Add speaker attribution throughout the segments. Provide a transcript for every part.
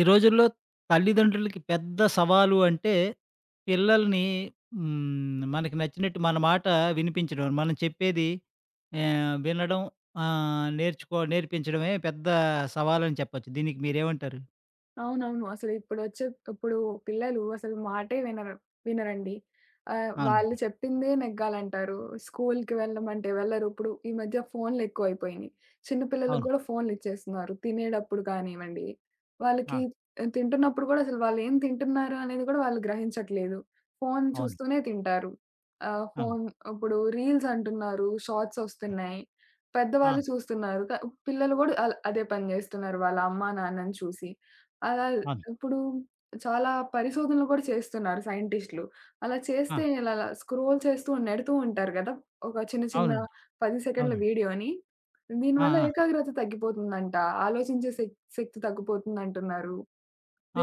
Speaker 1: ఈ రోజుల్లో తల్లిదండ్రులకి పెద్ద సవాలు అంటే పిల్లల్ని మనకి నచ్చినట్టు మన మాట వినిపించడం. మనం చెప్పేది వినడం ఆహ్, నేర్చుకో నేర్పించడమే పెద్ద సవాలని చెప్పొచ్చు. దీనికి మీరేమంటారు?
Speaker 2: అవునవును. అసలిప్పుడొచ్చే ఇప్పుడు వచ్చే ఇప్పుడు పిల్లలు అసలు మాటే వినరండి. వాళ్ళు
Speaker 1: అవునండి.
Speaker 2: చెప్పిందే నెగ్గాలంటారు. స్కూల్‌కి వెళ్ళమంటే వెళ్ళరు. ఇప్పుడు ఈ మధ్య ఫోన్‌లెక్కువైపోయినియి. చిన్న పిల్లలకి
Speaker 1: అవును.
Speaker 2: గూడా ఫోన్‌లిచ్చేస్తున్నారు. తినేటప్పుడు కానివ్వండి,
Speaker 1: ఆ!
Speaker 2: వాళ్ళకి తింటున్నప్పుడు గూడా అసలు వాళ్ళేం తింటున్నారు అనేది గూడా వాళ్ళు గ్రహించట్లేదు. ఫోన్
Speaker 1: అవును.
Speaker 2: చూస్తూనే తింటారు. ఆహ్,
Speaker 1: అవును.
Speaker 2: ఫోన్ ఇప్పుడు రీల్స్ అంటున్నారు, షార్ట్స్ ఒస్తున్నాయి.
Speaker 1: ఆ!
Speaker 2: పెద్దవాళ్ళు చూస్తున్నారు. పిల్లలు గూడా అదే పని జేస్తున్నారు వాళ్ళ అమ్మా, నాన్నని చూసి. అలా
Speaker 1: అవును.
Speaker 2: ఇప్పుడు చాలా పరిశోధనలు కూడా చేస్తున్నారు సైంటిస్టులు. అలా
Speaker 1: ఆ!
Speaker 2: చేస్తే ఇలా అలా స్క్రోల్ చేస్తూ నెడుతూ ఉంటారు గదా! ఒక చిన్న చిన్న
Speaker 1: అవునండి.
Speaker 2: 10 సెకండ్ల
Speaker 1: అవునండి.
Speaker 2: వీడియోని.
Speaker 1: ఆ!
Speaker 2: దీనివల్ల
Speaker 1: ఆ!
Speaker 2: ఏకాగ్రత తగ్గిపోతుందంట. ఆలోచించే శక్తి తగ్గిపోతుందంటున్నారు.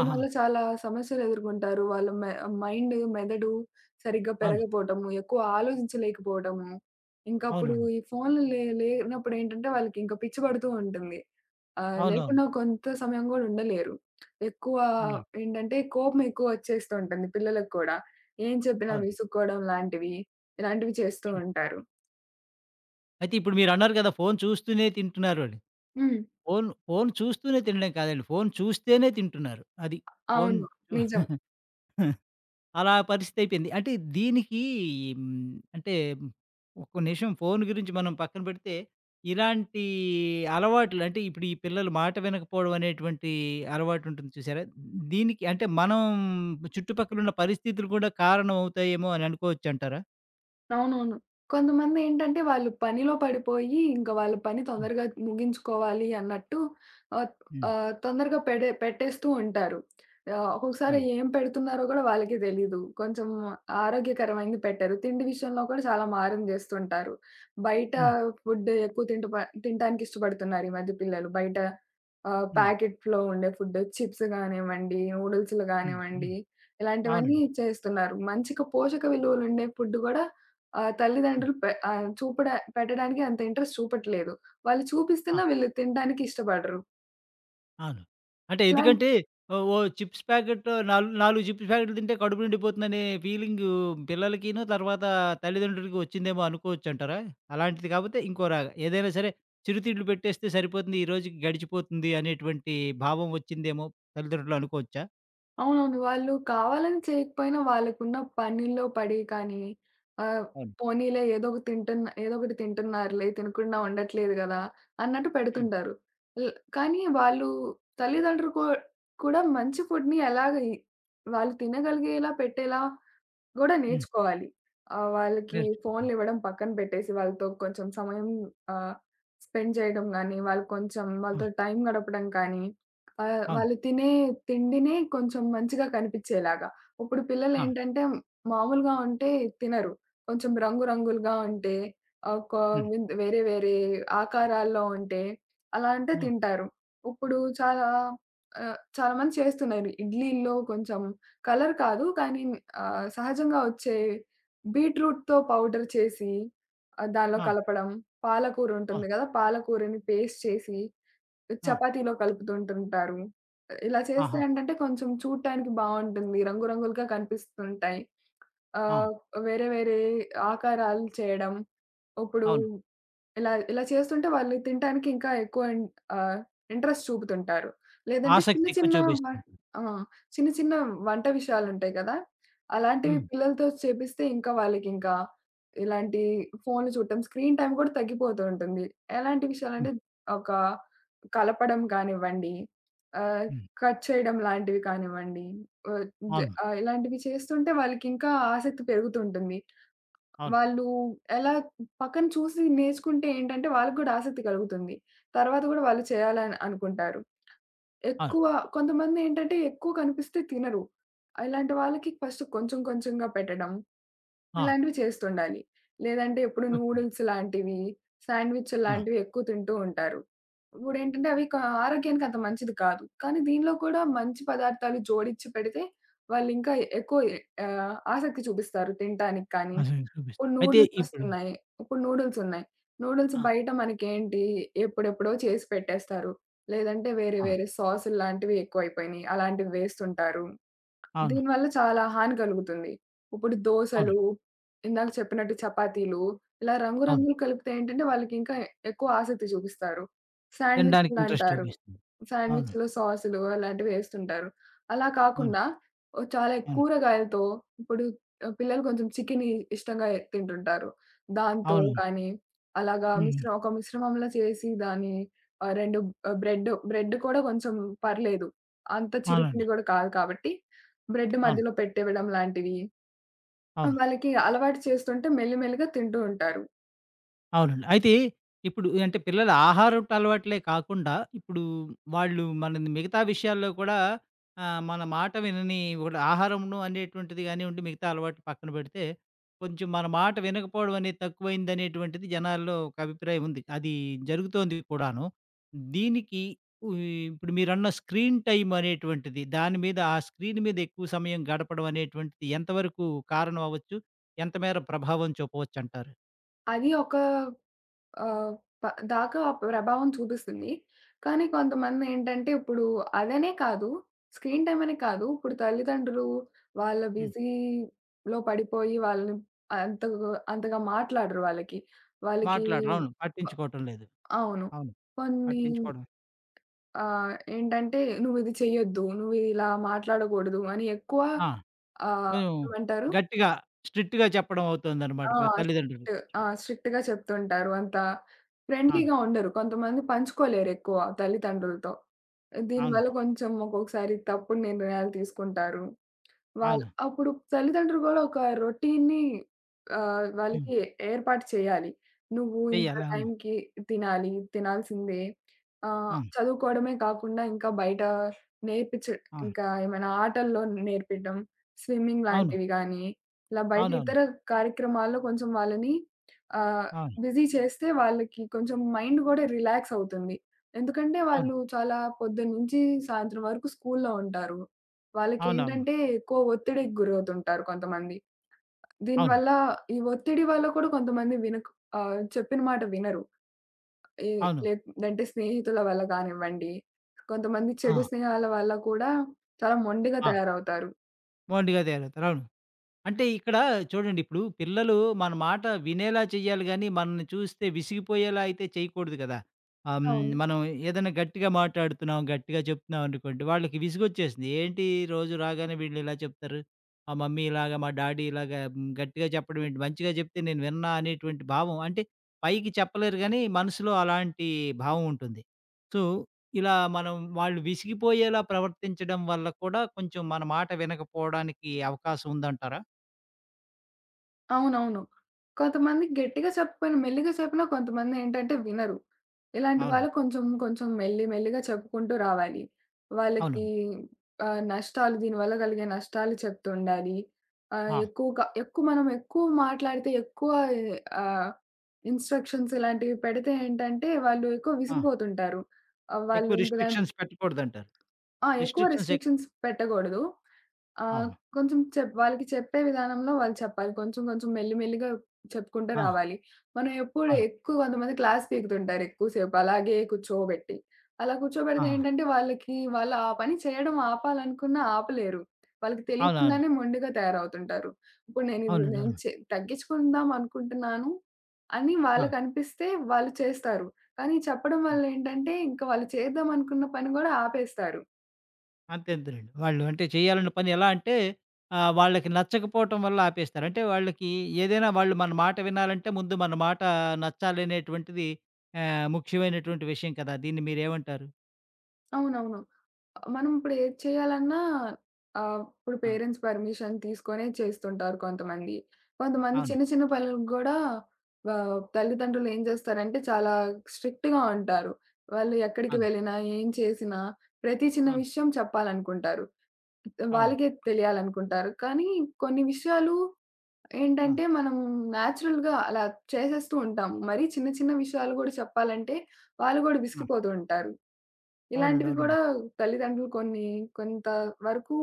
Speaker 1: ఆహా!
Speaker 2: చాలా సమస్యలు ఎదుర్కొంటారు. వాళ్ళ మె మైండ్, మెదడు సరిగ్గా
Speaker 1: అవును.
Speaker 2: పెరగపోవటము, ఎక్కువ ఆలోచించలేకపోవటము. ఇంకా అప్పుడు
Speaker 1: అవునవును.
Speaker 2: ఈ ఫోన్‌లు లేనప్పుడు ఏంటంటే వాళ్ళకి ఇంకా పిచ్చి పడుతూ ఉంటుంది.
Speaker 1: అవునవును.
Speaker 2: లేకుండా కొంత సమయం గూడా ఉండలేరు. ఎక్కువ
Speaker 1: ఉన్నాను.
Speaker 2: ఏంటంటే కోపం ఎక్కువ వచ్చేస్తూ ఉంటుంది పిల్లలకి కూడా. ఏం చెప్పినా
Speaker 1: అవును.
Speaker 2: విసుక్కోవడం లాంటివి, ఇలాంటివి చేస్తూ ఉంటారు.
Speaker 1: అయితే ఇప్పుడు మీరన్నారు కదా! ఫోను చూస్తూనే తింటున్నారని.
Speaker 2: హ్మ్.
Speaker 1: ఫోను చూస్తూనే తినడం కాదండి. ఫోను చూస్తేనే తింటున్నారు. అది. ఫోను
Speaker 2: అవును.
Speaker 1: చు
Speaker 2: నిజం.
Speaker 1: అలా పరిస్థితి అయిపోయింది. అంటే దీనికి అంటే ఒక్క నిమిషం ఫోను గురించి మనం పక్కన పెడితే, ఇలాంటి అలవాట్లు అంటే ఇప్పుడు ఈ పిల్లలు మాట వినకపోవడం అనేటువంటి అలవాటు ఉంటుంది చూసారా? దీనికి అంటే మనం చుట్టుపక్కలున్న పరిస్థితులు కూడా కారణం అవుతాయేమో అని అనుకోవచ్చంటారా?
Speaker 2: అవునవును. కొంతమందేంటంటే వాళ్ళు పనిలో పడిపోయి, ఇంక వాళ్ళ పని
Speaker 1: హ్మ్.
Speaker 2: తొందరగా ముగించుకోవాలి అన్నట్టు ఆహ్,
Speaker 1: హ్మ్.
Speaker 2: ఆహ్, తొందరగా పెట్టేస్తూ ఉంటారు. ఒక్కొక్కసారి
Speaker 1: అవును.
Speaker 2: ఏం పెడుతున్నారో గూడా వాళ్ళకే తెలీదు. కొంచెం ఆరోగ్యకరమైనది పెట్టరు. తిండి విషయంలో కూడా చాలా మారం జేస్తుంటారు. బయట
Speaker 1: హ్మ్.
Speaker 2: ఫుడ్ ఎక్కువ తింటప తినటానికి ఇష్టపడుతున్నారు ఈ మధ్య పిల్లలు. బయట
Speaker 1: హ్మ్.
Speaker 2: ప్యాకెట్‌లో ఉండే ఫుడ్ చిప్స్ గానివ్వండి, నూడిల్స్‌లు
Speaker 1: హ్మ్.
Speaker 2: గానివ్వండి,
Speaker 1: హ్మ్.
Speaker 2: ఇలాంటివన్నీ
Speaker 1: అవునండి.
Speaker 2: చేస్తున్నారు. మంచిగా పోషక విలువలుండే ఫుడ్ గూడా ఆహ్,
Speaker 1: హ్మ్.
Speaker 2: తల్లిదండ్రులు పె ఆహ్, చూపడ పెట్టడానికి అంత ఇంట్రెస్ట్ చూపట్లేదు. వాళ్ళు చూపిస్తున్నా వీళ్ళు తినడానికి ఇష్టపడరు.
Speaker 1: అవును. అంటే
Speaker 2: ఇలాం
Speaker 1: ఎందుకంటే ఓహ్! ఓ చిప్స్ ప్యాకెట్ నాలు 4 చిప్స్ ప్యాకెట్లు తింటే కడుపు నిండిపోతుందనే ఫీలింగు పిల్లలకిను, తర్వాత తల్లిదండ్రులకి వచ్చిందేమో అనుకోవచ్చంటారా? అలాంటిది కాపోతే ఇంకోలాగా ఏదైనా సరే చిరుతిళ్ళు పెట్టేస్తే సరిపోతుంది. ఈ రోజుకి గడిచిపోతుంది అనేటువంటి భావం వచ్చిందేమో తల్లిదండ్రులు అనుకోవచ్చా?
Speaker 2: అవునవును. వాళ్ళు కావాలని చేయకపోయినా వాళ్ళకున్న పనిలో పడి కానీ ఆహ్,
Speaker 1: అవును.
Speaker 2: పోనీలే ఏదో ఒకటి తింటున్నారులే తినకుండా ఉండట్లేదు గదా! అన్నట్టు
Speaker 1: హ్మ్.
Speaker 2: పెడుతుంటారు. ల్ కానీ తల్లిదండ్రులు కూడా మంచి ఫుడ్‌ని ఎలాగ ఇ వాళ్ళు తినగలిగేలా పెట్టేలా గూడా
Speaker 1: హ్మ్.
Speaker 2: నేర్చుకోవాలి. వాళ్ళకి
Speaker 1: నేర్చుకోవాలి.
Speaker 2: ఫోన్‌లివ్వడం పక్కన పెట్టేసి, వాళ్ళతో కొంచెం ఆహ్, స్పెండ్ చేయడం గానీ, వాళ్ళు కొంచెం
Speaker 1: ఆ!
Speaker 2: వాళ్ళతో టైం గడపడం కానీ, ఆహ్,
Speaker 1: అవును.
Speaker 2: వాళ్ళు తినే తిండినే కొంచెం మంచిగా కనిపిచ్చేలాగా. ఇప్పుడు
Speaker 1: ఆ!
Speaker 2: పిల్లలేంటంటే మామూలుగా ఉంటే తినరు. కొంచెం రంగు రంగులుగా ఉంటే, ఆహ్, ఒక
Speaker 1: హ్మ్.
Speaker 2: వింత్ వేరే వేరే ఆకారాల్లో ఉంటే, అలా అంటే
Speaker 1: అవును.
Speaker 2: తింటారు. ఇప్పుడు చాలా మంది చేస్తున్నారు. ఇడ్లీల్లో కొంచెం కలర్ కాదు. కానీ సహజంగా వచ్చే బీట్రూట్‌తో పౌడర్ చేసి దానిలో
Speaker 1: ఆ!
Speaker 2: కలపడం. పాలకూర
Speaker 1: ఆ!
Speaker 2: ఉంటుంది గదా! పాలకూరని పేస్ట్ చేసి
Speaker 1: ఆ!
Speaker 2: చపాతీలో కలుపుతుంటుంటారు. ఇలా చేస్తే
Speaker 1: ఆహా!
Speaker 2: ఏంటంటే కొంచెం చూడటానికి బావుంటుంది. రంగురంగులుగా కనిపిస్తుంటాయి.
Speaker 1: ఆ!
Speaker 2: ఆహ్, వేరే వేరే ఆకారాలు చేయడం. ఇప్పుడు
Speaker 1: అవును.
Speaker 2: ఇలా చేస్తుంటే వాళ్ళు తినటానికి ఇంకా ఎక్కువ ఆహ్, ఇంట్రెస్ట్ చూపుతుంటారు. లేదంటే
Speaker 1: ఆసక్తి
Speaker 2: చిన్న
Speaker 1: ఎక్కువ
Speaker 2: చిన్న వ
Speaker 1: చూపిస్తుంది.
Speaker 2: ఆ! చిన్న చిన్న వంట విషయాలుంటాయి కదా! అలాంటివి
Speaker 1: హ్మ్.
Speaker 2: పిల్లలతో చేపిస్తే ఇంకా వాళ్ళకింకా ఇలాంటి ఫోన్‌లు చూడటం, స్క్రీన్ టైమ్ కూడా తగ్గిపోతూ ఉంటుంది. ఎలాంటి
Speaker 1: హ్మ్.
Speaker 2: విషయాలంటే ఒక కలపడం కానివ్వండి, ఆహ్,
Speaker 1: హ్మ్.
Speaker 2: కట్ చేయడం లాంటివి కానివ్వండి, ఆహ్, జ
Speaker 1: అవును.
Speaker 2: ఇలాంటివి చేస్తుంటే వాళ్ళకింకా ఆసక్తి పెరుగుతూ ఉంటుంది.
Speaker 1: అవును.
Speaker 2: వాళ్ళు ఎలా పక్కన చూసి నేర్చుకుంటే ఏంటంటే వాళ్ళకి గూడా ఆసక్తి కలుగుతుంది. తర్వాత గూడా వాళ్ళు చేయాలని అనుకుంటారు.
Speaker 1: అవును.
Speaker 2: ఎక్కువ కొంతమంది ఏంటంటే ఎక్కువ కనిపిస్తే తినరు. ఇలాంటి వాళ్ళకి ఫస్ట్ కొంచెం కొంచెంగా పెట్టడం
Speaker 1: ఆ!
Speaker 2: ఇలాంటివి చేస్తుండాలి. లేదంటే ఇప్పుడు
Speaker 1: ఓకే.
Speaker 2: నూడిల్స్ లాంటివి, శాండ్‌విచ్‌లు
Speaker 1: ఆ!
Speaker 2: లాంటివి ఎక్కువ తింటూ ఉంటారు. ఇప్పుడేంటంటే అవి క ఆరోగ్యానికి అంత మంచిది కాదు. కానీ దీనిలో కూడా మంచి పదార్థాలు జోడించి పెడితే వాళ్ళింకా ఎక్కువ ఆసక్తి చూపిస్తారు తినటానికి. కానీ
Speaker 1: అసలు చూపిస్తుంది.
Speaker 2: ఇప్పుడు
Speaker 1: అయితే ఇప్పుడు
Speaker 2: నూడిల్సొస్తున్నాయి. ఇప్పుడు నూడిల్సున్నాయి. నూడిల్స్
Speaker 1: ఆ!
Speaker 2: బయట మనకేంటి ఎప్పుడెప్పుడో చేసి పెట్టేస్తారు. లేదంటే వేరే
Speaker 1: ఆ!
Speaker 2: వేరే సాసుల్లాంటివి ఎక్కువైపోయినియి. అలాంటివి వేస్తుంటారు.
Speaker 1: అవును.
Speaker 2: దీనివల్ల చాలా హాని కలుగుతుంది. ఇప్పుడు
Speaker 1: అవును.
Speaker 2: దోసలు, ఇందాక చెప్పినట్టు చపాతీలు ఇలా రంగు
Speaker 1: అవును.
Speaker 2: రంగులు కలిపితే ఏంటంటే వాళ్ళకింకా ఎక్కువ ఆసక్తి చూపిస్తారు.
Speaker 1: తినడానికి ఇంట్రెస్ట్
Speaker 2: శాండ్‌విచ్‌లంటారు.
Speaker 1: చూపిస్తుంది. అవును.
Speaker 2: శాండ్‌విచ్‌లో సాసులు అలాంటివి ఏస్తుంటారు. అలా
Speaker 1: అవును.
Speaker 2: కాకుండా ఓ చాలా
Speaker 1: అవును.
Speaker 2: కూరగాయలతో ఇప్పుడు పిల్లలు కొంచెం చికెన్ ఇ ఇష్టంగా తింటుంటారు. దాంతో
Speaker 1: అవును.
Speaker 2: కానీ అలాగా
Speaker 1: హ్మ్.
Speaker 2: మిశ్రమంలా చేసి దాన్ని ఆహ్, 2 ఆహ్, బ్రెడ్ బ్రెడ్ కూడా కొంచెం పర్లేదు. అంత
Speaker 1: అవునండి.
Speaker 2: చిరుతిండి గూడా కాదు కాబట్టి బ్రెడ్
Speaker 1: అవును.
Speaker 2: మధ్యలో పెట్టేవ్వడం లాంటివి. ఆ,
Speaker 1: అవును.
Speaker 2: వాళ్ళకి అలవాటు చేస్తుంటే మెల్లిమెల్లిగా తింటూ ఉంటారు.
Speaker 1: అవునండి. అయితే ఇప్పుడు అంటే పిల్లల ఆహారపు అలవాట్లే కాకుండా, ఇప్పుడు వాళ్ళు మన మిగతా విషయాల్లో కూడా మన మాట వినని ఒకటి ఆహారమును అనేటువంటిది గానివ్వండి, మిగతా అలవాటు పక్కన పెడితే, కొంచెం మన మాట వినకపోవడం అనేది తక్కువైందనేటువంటిది జనాల్లో ఒక అభిప్రాయం ఉంది. అది జరుగుతోంది కూడాను. దీనికి ఉ ఇప్పుడు మీరన్న స్క్రీన్ టైమ్ అనేటువంటిది, దాని మీద ఆ స్క్రీన్ మీద ఎక్కువ సమయం గడపడం అనేటువంటిది ఎంతవరకు కారణం అవ్వచ్చు? ఎంత మేర ప్రభావం చూపవచ్చంటారు?
Speaker 2: అది ఒక ఆహ్, ప దాకా ఆ ప్రభావం చూపిస్తుంది. కానీ కొంతమందేంటంటే ఇప్పుడు అదనే కాదు, స్క్రీన్ టైమ్ అనే కాదు. ఇప్పుడు తల్లిదండ్రులు వాళ్ళ బిజీలో పడిపోయి వాళ్ళని అంతగా అంతగా మాట్లాడరు వాళ్ళకి. వాళ్ళకి
Speaker 1: మాట్లాడరు. అవును.
Speaker 2: వ
Speaker 1: పట్టించుకోవటం లేదు.
Speaker 2: అవును.
Speaker 1: అవును.
Speaker 2: కొన్ని
Speaker 1: పట్టించుకోవడం
Speaker 2: ఏంటంటే "నువ్విది చెయ్యొద్దు, నువ్వు ఇలా మాట్లాడకూడదు" అని ఎక్కువ
Speaker 1: ఆ!
Speaker 2: ఆహ్,
Speaker 1: కొంచెం
Speaker 2: ఏమంటారు
Speaker 1: గట్టిగా, స్ట్రిక్ట్‌గా చెప్పడం అవుతుందనమాట
Speaker 2: ఆ!
Speaker 1: తల్లిదండ్రులు.
Speaker 2: స్ట్రిక్ట్. ఆ! స్ట్రిక్ట్‌గా చెప్తుంటారు. అంత
Speaker 1: ఆ!
Speaker 2: ఫ్రెండ్లీగా ఉండరు. కొంతమంది పంచుకోలేరెక్కువ తల్లిదండ్రులతో.
Speaker 1: అవును.
Speaker 2: దీనివల్ల కొంచెం ఒక్కొక్కసారి తప్పుడు నిర్ణయాలు తీసుకుంటారు. వాళ్ళు
Speaker 1: అవును.
Speaker 2: అప్పుడు తల్లిదండ్రులు గూడా ఒక రొటీన్‌ని
Speaker 1: హ్మ్.
Speaker 2: వాళ్ళకి ఏర్పాటు చేయాలి. నువ్వు ఇంత
Speaker 1: చెయ్యాలి. అవును.
Speaker 2: టైంకి తినాలి, తినాల్సిందే.
Speaker 1: ఆ!
Speaker 2: చదువుకోవడమే కాకుండా ఇంకా బయట నేర్పించ
Speaker 1: ఆ!
Speaker 2: ఇంకా ఏమైనా ఆటల్లో నేర్పియటం, స్విమ్మింగ్
Speaker 1: అవును.
Speaker 2: లాంటివి గానీ, ఇలా బయట
Speaker 1: అవునవును.
Speaker 2: ఇతర కార్యక్రమాల్లో కొంచెం వాళ్ళని ఆహ్,
Speaker 1: అవును.
Speaker 2: బిజీ చేస్తే వాళ్ళకి కొంచెం మైండ్ గూడా రిలాక్స్ అవుతుంది. ఎందుకంటే
Speaker 1: అవును.
Speaker 2: వాళ్ళు చాలా పొద్దున్నుంచి సాయంత్రం వరకు స్కూల్లో ఉంటారు.
Speaker 1: అవునవును.
Speaker 2: వాళ్ళకేంటంటే ఎక్కువ ఒత్తిడికి గురవుతుంటారు కొంతమంది.
Speaker 1: అవును.
Speaker 2: దీనివల్ల ఈ ఒత్తిడి వల్ల కూడా కొంతమంది చెప్పిన మాట వినరు. ఈ
Speaker 1: అవును.
Speaker 2: లేదంటే స్నేహితుల వల్ల కానివ్వండి, కొంతమంది చెడు
Speaker 1: ఆ!
Speaker 2: స్నేహాల వల్ల కూడా చాలా మొండిగా
Speaker 1: ఆ!
Speaker 2: తయారవుతారు.
Speaker 1: మొండిగా తయారవుతారు. అవును. అంటే ఇక్కడ చూడండి, ఇప్పుడు పిల్లలు మన మాట వినేలా చేయాలి గానీ, మనల్ని చూస్తే విసిగిపోయేలా అయితే చేయకూడదు కదా! ఆహ్, హ్మ్.
Speaker 2: అవును.
Speaker 1: మనం ఏదైనా గట్టిగా మాట్లాడుతున్నాం, గట్టిగా చెప్తున్నాం అనుకోండి, వాళ్ళకి విసుగొచ్చేస్తుంది. ఏంటి రోజు రాగానే వీళ్ళు ఇలా చెప్తారు. మా మమ్మీ ఇలాగా, మా డాడీ ఇలాగా గట్టిగా చెప్పడం ఏంటి, మంచిగా చెప్తే నేను విననా అనేటువంటి భావం అంటే పైకి చెప్పలేరు గానీ, మనసులో అలాంటి భావం ఉంటుంది. సో, ఇలా మనం వాళ్ళు విసిగిపోయేలా ప్రవర్తించడం వల్ల కూడా కొంచెం మన మాట వినకపోవడానికి అవకాశం ఉందంటారా?
Speaker 2: అవునవును. కొంతమంది గట్టిగా చెప్పకపోయినా, మెల్లిగా చెప్పినా కొంతమందేంటంటే వినరు. ఇలాంటి వాళ్ళు
Speaker 1: అవునండి.
Speaker 2: కొంచెం, కొంచెం మెల్లి మెల్లిగా చెప్పుకుంటూ రావాలి. వాళ్ళకి
Speaker 1: అవునవును.
Speaker 2: ఆహ్, నష్టాలు దీనివల్ల కలిగే నష్టాలు చెప్తుండాలి. ఆహ్,
Speaker 1: ఆ!
Speaker 2: ఎక్కువగా ఎక్కువ మనం ఎక్కువ మాట్లాడితే ఆహ్, ఇన్‌స్ట్రక్షన్స్ ఇలాంటివి పెడితే ఏంటంటే, వాళ్ళు ఎక్కువ
Speaker 1: ఆ!
Speaker 2: విసిగిపోతుంటారు. ఆహ్,
Speaker 1: ఎక్కువ
Speaker 2: వాళ్ళు ఇంక దాని
Speaker 1: రిస్ట్రిక్షన్స్ పెట్టకూడదంటారు.
Speaker 2: ఆ! ఎక్కువ
Speaker 1: రిస్ట్రిక్షన్స్ ఎక్
Speaker 2: రిస్ట్రిక్షన్స్ పెట్టగూడదు. ఆహ్,
Speaker 1: అవును.
Speaker 2: కొంచెం వాళ్ళకి చెప్పే విధానంలో వాళ్ళు చెప్పాలి. కొంచెం కొంచెం మెల్లి మెల్లిగా చెప్పుకుంటూ
Speaker 1: ఆ!
Speaker 2: రావాలి. మనం ఎప్పుడు
Speaker 1: ఆ!
Speaker 2: ఎక్కువ కొంతమంది క్లాస్ పీకుతుంటారు ఎక్కువసేపు అలాగే కూర్చోబెట్టి. అలా
Speaker 1: ఆ!
Speaker 2: కూర్చోబెడితే ఏంటంటే వాళ్ళకి వాళ్ళు ఆ పని చేయడం ఆపాలనుకున్నా ఆపలేరు. వాళ్ళకి
Speaker 1: అవునవును.
Speaker 2: తెలియకుండానే మొండిగా తయారవుతుంటారు. ఇప్పుడు నేనిది
Speaker 1: అవునండి.
Speaker 2: నేను
Speaker 1: అవును.
Speaker 2: చె తగ్గించుకుందాం అనుకుంటున్నాను అని
Speaker 1: ఆ!
Speaker 2: వాళ్ళకనిపిస్తే వాళ్ళు చేస్తారు. కానీ చెప్పడం
Speaker 1: ఆ!
Speaker 2: వల్ల ఏంటంటే ఇంకా వాళ్ళు చేద్దాం అనుకున్న పని గూడా ఆపేస్తారు.
Speaker 1: అంతే అంతేనండి. వాళ్ళు అంటే చేయాలన్న పని ఎలా అంటే వాళ్ళకి నచ్చకపోవటం వల్ల ఆపేస్తారు. అంటే వాళ్ళకి ఏదైనా వాళ్ళు మన మాట వినాలంటే ముందు మన మాట నచ్చాలి అనేటువంటిది ముఖ్యమైనటువంటి విషయం కదా! దీన్ని మీరేమంటారు?
Speaker 2: అవునవును. మనం ఇప్పుడు ఏది చేయాలన్నా ఇప్పుడు
Speaker 1: ఆ!
Speaker 2: పేరెంట్స్ పర్మిషన్ తీసుకొనే చేస్తుంటారు కొంతమంది. కొంతమంది
Speaker 1: అవును.
Speaker 2: చిన్న చిన్న పనులకు గూడా తల్లిదండ్రులు ఏం చేస్తారంటే చాలా స్ట్రిక్ట్‌గా ఉంటారు. వాళ్ళు ఎక్కడికి
Speaker 1: అవును.
Speaker 2: వెళ్ళినా, ఏం చేసినా ప్రతి చిన్న
Speaker 1: అవును.
Speaker 2: విషయం చెప్పాలనుకుంటారు.
Speaker 1: అవును.
Speaker 2: వాళ్ళకే తెలియాలనుకుంటారు. కానీ కొన్ని విషయాలు
Speaker 1: ఆ!
Speaker 2: ఏంటంటే మనం నేచురల్‌గా అలా చేసేస్తూ ఉంటాం. మరీ చిన్న చిన్న విషయాలు గూడా చెప్పాలంటే వాళ్ళు గూడా
Speaker 1: ఆ!
Speaker 2: విసిగిపోతూ ఉంటారు.
Speaker 1: అవునండి.
Speaker 2: ఇలాంటివి
Speaker 1: అవునండి.
Speaker 2: కూడా తల్లిదండ్రులు కొన్ని కొంత వరకు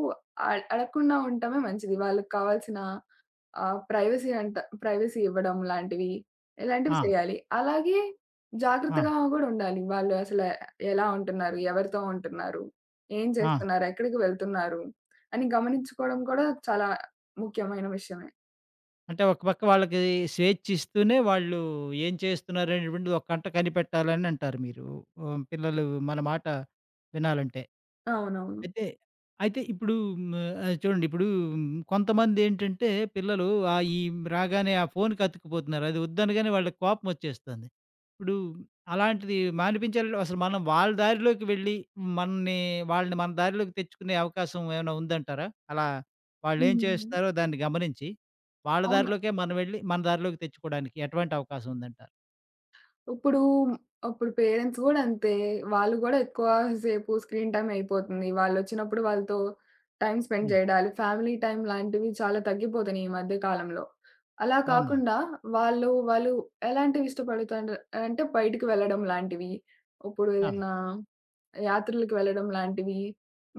Speaker 2: అడగకుండా ఉండటమే మంచిది. వాళ్ళకి కావాల్సిన ఆహ్, ప్రైవసీ అంట ప్రైవసీ ఇవ్వడం లాంటివి, ఇలాంటివి
Speaker 1: ఆ!
Speaker 2: చేయాలి. అలాగే
Speaker 1: ఆ!
Speaker 2: జాగ్రత్తగా గూడా ఉండాలి. వాళ్ళు అసలు ఎలా ఉంటున్నారు? ఎవరితో ఉంటున్నారు? ఏం
Speaker 1: ఆ!
Speaker 2: చేస్తున్నారు? ఎక్కడికి వెళ్తున్నారు? అని గమనించుకోవడం కూడా చాలా ముఖ్యమైన విషయమే.
Speaker 1: అంటే ఒక పక్క వాళ్ళకి స్వేచ్ఛ ఇస్తూనే వాళ్ళు ఏం చేస్తున్నారనేటువంటిది ఒక కంట కనిపెట్టాలని అంటారు మీరు. పిల్లలు మన మాట వినాలంటే.
Speaker 2: అవునవును.
Speaker 1: అయితే, అయితే ఇప్పుడు హ్మ్. చూడండి ఇప్పుడు కొంతమందేంటంటే పిల్లలు ఈ రాగానే ఆ ఫోన్‌కి అతుక్కుపోతున్నారు. అది వద్దనగానే వాళ్ళకి కోపం వచ్చేస్తుంది. ఇప్పుడు అలాంటిది మానిపించాలంటే అసలు మనం వాళ్ళ దారిలోకి వెళ్ళి మనని వాళ్ళని మన దారిలోకి తెచ్చుకునే అవకాశం ఏమైనా ఉందంటారా? అలా వాళ్ళేం
Speaker 2: హ్మ్.
Speaker 1: చేస్తారో దాన్ని గమనించి, వాళ్ళ దారిలోకే మనం వెళ్ళి మన దారిలోకి తెచ్చుకోవడానికి ఎటువంటి అవకాశం ఉందంటారు?
Speaker 2: ఇప్పుడు అప్పుడు పేరెంట్స్ గూడా అంతే. వాళ్ళు గూడా ఎక్కువ సేపు స్క్రీన్ టైమ్ అయిపోతుంది. వాళ్ళొచ్చినప్పుడు వాళ్ళతో టైమ్ స్పెండ్
Speaker 1: హ్మ్.
Speaker 2: జేయడాలు, ఫ్యామిలీ టైమ్ లాంటివి చాలా తగ్గిపోతున్నాయి ఈ మధ్య కాలంలో. అలా
Speaker 1: అవునవును.
Speaker 2: కాకుండా వాళ్ళు ఎలాంటివి ఇష్టపడుతాండ్ర అంటే బయటికి వెళ్ళడం లాంటివి. ఇప్పుడు
Speaker 1: ఆ!
Speaker 2: ఏదన్నా యాత్రలకు వెళ్ళడం లాంటివి,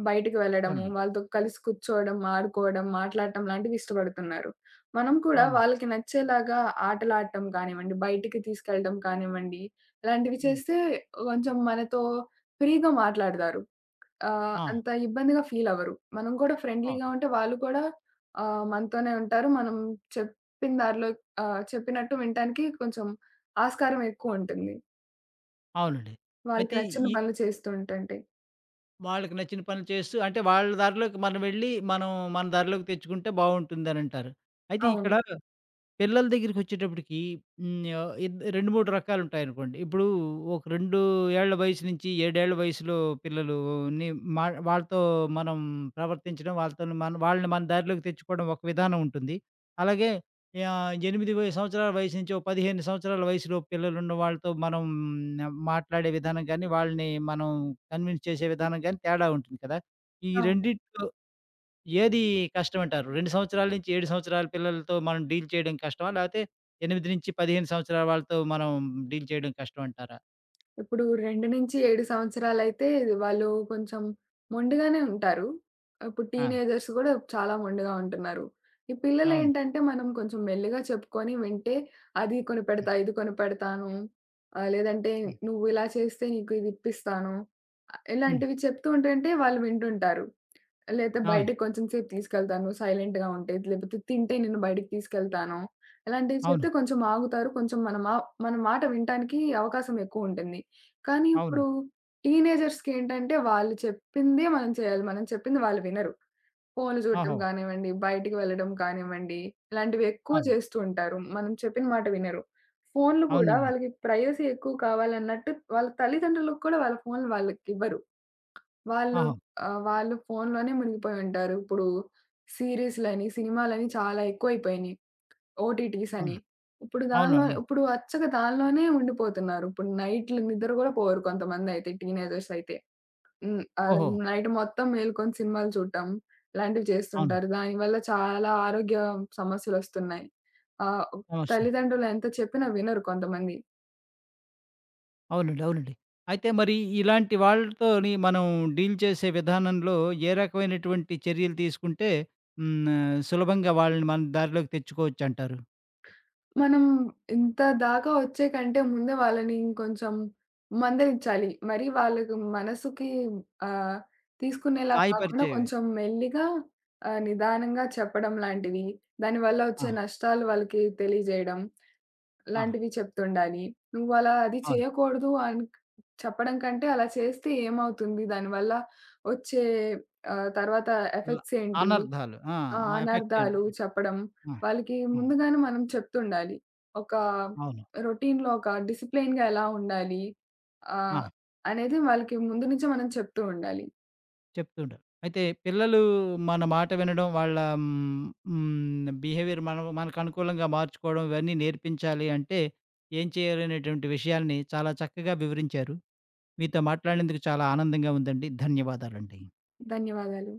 Speaker 2: బయటకి వెళ్ళడము,
Speaker 1: అవునండి.
Speaker 2: వాళ్ళతో కలిసి కూర్చోవడం, ఆడుకోవడం, మాట్లాడటం లాంటివి ఇష్టపడుతున్నారు. మనం కూడా
Speaker 1: అవును.
Speaker 2: వాళ్ళకి నచ్చేలాగా ఆటలాడటం కానివ్వండి, బయటికి తీసుకెళ్ళడం కానివ్వండి, ఇలాంటివి
Speaker 1: హ్మ్.
Speaker 2: చేస్తే కొంచెం మనతో ఫ్రీగా మాట్లాడతారు.
Speaker 1: ఆ!
Speaker 2: అంత ఇబ్బందిగా ఫీల్ అవ్వరు. మనం కూడా
Speaker 1: ఆ!
Speaker 2: ఫ్రెండ్లీగా ఉంటే వాళ్ళు కూడా మనతోనే ఉంటారు. మనం చెప్పిన దారిలో చెప్పినట్టు వినటానికి కొంచెం ఆస్కారం ఎక్కువ ఉంటుంది.
Speaker 1: అవునండి.
Speaker 2: వాళ్ళకి
Speaker 1: అయితే
Speaker 2: నచ్చిన
Speaker 1: ఈ
Speaker 2: పనులు చేస్తూ ఉంటంటే.
Speaker 1: వాళ్ళకి నచ్చిన పనులు చేస్తూ అంటే వాళ్ళ దారిలోకి మనం వెళ్ళి, మనం మన దారిలోకి తెచ్చుకుంటే బావుంటుందనంటారు. అయితే
Speaker 2: అవును.
Speaker 1: ఇక్కడ పిల్లల దగ్గరికొచ్చేటప్పటికి హ్మ్. ఆహ్, ఇద్ 2, 3 రకాలుంటాయనుకోండి. ఇప్పుడు ఒక 2 ఏళ్ల వయసు నుంచి 7 ఏళ్ల వయసులో పిల్లలుని మా వాళ్ళతో మనం ప్రవర్తించడం, వాళ్ళతోని మన వాళ్ళని మన దారిలోకి తెచ్చుకోవడం ఒక విధానం ఉంటుంది. అలాగే 8 సంవత్సరాల వయసు నుంచి ఓ 15 సంవత్సరాల వయసులో పిల్లలున్న వాళ్ళతో మనం మాట్లాడే విధానం గానీ, వాళ్ళని మనం కన్విన్స్ చేసే విధానం గానీ తేడా ఉంటుంది కదా! ఈ
Speaker 2: అవును.
Speaker 1: రెండిట్లో ఏది కష్టమంటారు? 2 సంవత్సరాల నుంచి 7 సంవత్సరాల పిల్లలతో మనం డీల్ చేయడం కష్టమా? లేపోతే 8-15 సంవత్సరాల వాళ్ళతో మనం డీల్ చేయడం కష్టమంటారా?
Speaker 2: ఇప్పుడు 2-7 సంవత్సరాలైతే వాళ్ళు కొంచెం మొండిగానే ఉంటారు. ఇప్పుడు
Speaker 1: ఆ!
Speaker 2: టీనేజర్స్ గూడా చాలా మొండిగా ఉంటున్నారు. ఈ
Speaker 1: అవును.
Speaker 2: పిల్లలేంటంటే మనం కొంచెం మెల్లిగా చెప్పుకొని వింటే, అది
Speaker 1: హ్మ్.
Speaker 2: కొనిపెడతా, ఇది కొనిపెడతాను. లేదంటే
Speaker 1: హ్మ్.
Speaker 2: నువ్వు ఇలా చేస్తే నీకు ఇది ఇప్పిస్తాను.
Speaker 1: హ్మ్.
Speaker 2: ఇలాంటివి చెప్తూ ఉంటుంటే వాళ్ళు వింటుంటారు. లేతే
Speaker 1: అవును.
Speaker 2: బయటకి కొంచెం సేపు తీసుకెళ్తాను. సైలెంట్‌గా ఉంటే, లేపోతే తింటే నేను బయటికి తీసుకెళ్తాను. ఇలాంటివి
Speaker 1: అవును.
Speaker 2: చెప్తే కొంచెం ఆగుతారు. కొంచెం మన మా మన మాట వినటానికి అవకాశం ఎక్కువుంటుంది. కానీ
Speaker 1: అవును.
Speaker 2: ఇప్పుడు టీనేజర్స్‌కేంటంటే వాళ్ళు చెప్పిందే మనం చేయాలి. మనం చెప్పింది వాళ్ళు వినరు. ఫోన్‌లు చూడటం
Speaker 1: ఓహో!
Speaker 2: కానివ్వండి, బయటికి వెళ్ళడం కానివ్వండి, ఇలాంటివి ఎక్కువ
Speaker 1: అవును.
Speaker 2: చేస్తూ ఉంటారు. మనం చెప్పిన మాట వినరు. ఫోన్‌లు కూడా
Speaker 1: అవునవును.
Speaker 2: వాళ్ళకి ప్రైవసీ ఎక్కువ కావాలన్నట్టు వాళ్ళ తల్లిదండ్రులకు కూడా వాళ్ళ ఫోన్‌లు వాళ్ళకివ్వరు. వాళ్ళు
Speaker 1: ఓహో!
Speaker 2: వాళ్ళు ఫోనులోనే మునిగిపోయి ఉంటారు. ఇప్పుడు సీరీస్‌లని, సినిమాలని చాలా ఎక్కువైపోయినియి. ఓటీటీస్ అని.
Speaker 1: అవును. అవునవును.
Speaker 2: ఇప్పుడు అచ్చగా దానిలోనే ఉండిపోతున్నారు. ఇప్పుడు నైట్‌లు నిద్ర గూడా పోరు కొంతమందయితే టీనేజర్స్ అయితే. హ్మ్. ఆహ్,
Speaker 1: ఓహో!
Speaker 2: నైట్ మొత్తం మేలుకొని సినిమాలు చూడటం ఇలాంటివి
Speaker 1: అవును.
Speaker 2: చేస్తుంటారు. దానివల్ల చాలా ఆరోగ్య సమస్యలొస్తున్నాయి. ఆహ్,
Speaker 1: సమస్య.
Speaker 2: తల్లిదండ్రులు ఎంత చెప్పినా వినరు కొంతమంది.
Speaker 1: అవునండి. అవునండి. అయితే మరి ఇలాంటి వాళ్ళతోని మనం డీల్ చేసే విధానంలో ఏ రకమైనటువంటి చర్యలు తీసుకుంటే హ్మ్. సులభంగా వాళ్ళని మన దారిలోకి తెచ్చుకోవచ్చంటారు?
Speaker 2: మనం ఇంత దాకా వచ్చే కంటే ముందే వాళ్ళని ఇంకొంచెం మందలించాలి. మరి వాళ్ళకి మనసుకి ఆహ్, తీసుకునేలా కాకుండా
Speaker 1: గాయపరిచేవి.
Speaker 2: కొంచెం మెల్లిగా నిదానంగా చెప్పడం లాంటివి, దానివల్ల
Speaker 1: ఆ!
Speaker 2: వచ్చే నష్టాలు వాళ్ళకి తెలియజేయడం
Speaker 1: ఆ!
Speaker 2: లాంటివి చెప్తుండాలి. "నువ్వలా అది
Speaker 1: అవును.
Speaker 2: చేయకూడదు" అని చెప్పడం కంటే "అలా చేస్తే ఏమవుతుంది? దానివల్ల వచ్చే తర్వాత
Speaker 1: ల
Speaker 2: ఎఫెక్ట్స్ ఏంటి?"
Speaker 1: అనర్థాలు. ఆ!
Speaker 2: ఆ!
Speaker 1: ఆ ఎఫెక్ట్ ఏంటి?
Speaker 2: అనర్థాలు చెప్పడం.
Speaker 1: ఆ!
Speaker 2: వాళ్ళకి
Speaker 1: ఆ!
Speaker 2: ముందుగానే మనం చెప్తుండాలి. ఒక
Speaker 1: అవును.
Speaker 2: రొటీన్‌లో ఒక డిసిప్లైన్‌గా ఎలా ఉండాలి?
Speaker 1: ఆ!
Speaker 2: ఆహ్, అనేది వాళ్ళకి ముందు నుంచే మనం చెప్తూ ఉండాలి.
Speaker 1: చెప్తూ ఉంటారు. అయితే పిల్లలు మన మాట వినడం, వాళ్ళ హ్మ్, హ్మ్, బిహేవియర్ మనం మనకు అనుకూలంగా మార్చుకోవడం ఇవన్నీ నేర్పించాలి అంటే ఏం చేయాలనేటువంటి విషయాల్ని చాలా చక్కగా వివరించారు. మీతో మాట్లాడినందుకు చాలా ఆనందంగా ఉందండి. ధన్యవాదాలండి.
Speaker 2: ధన్యవాదాలు.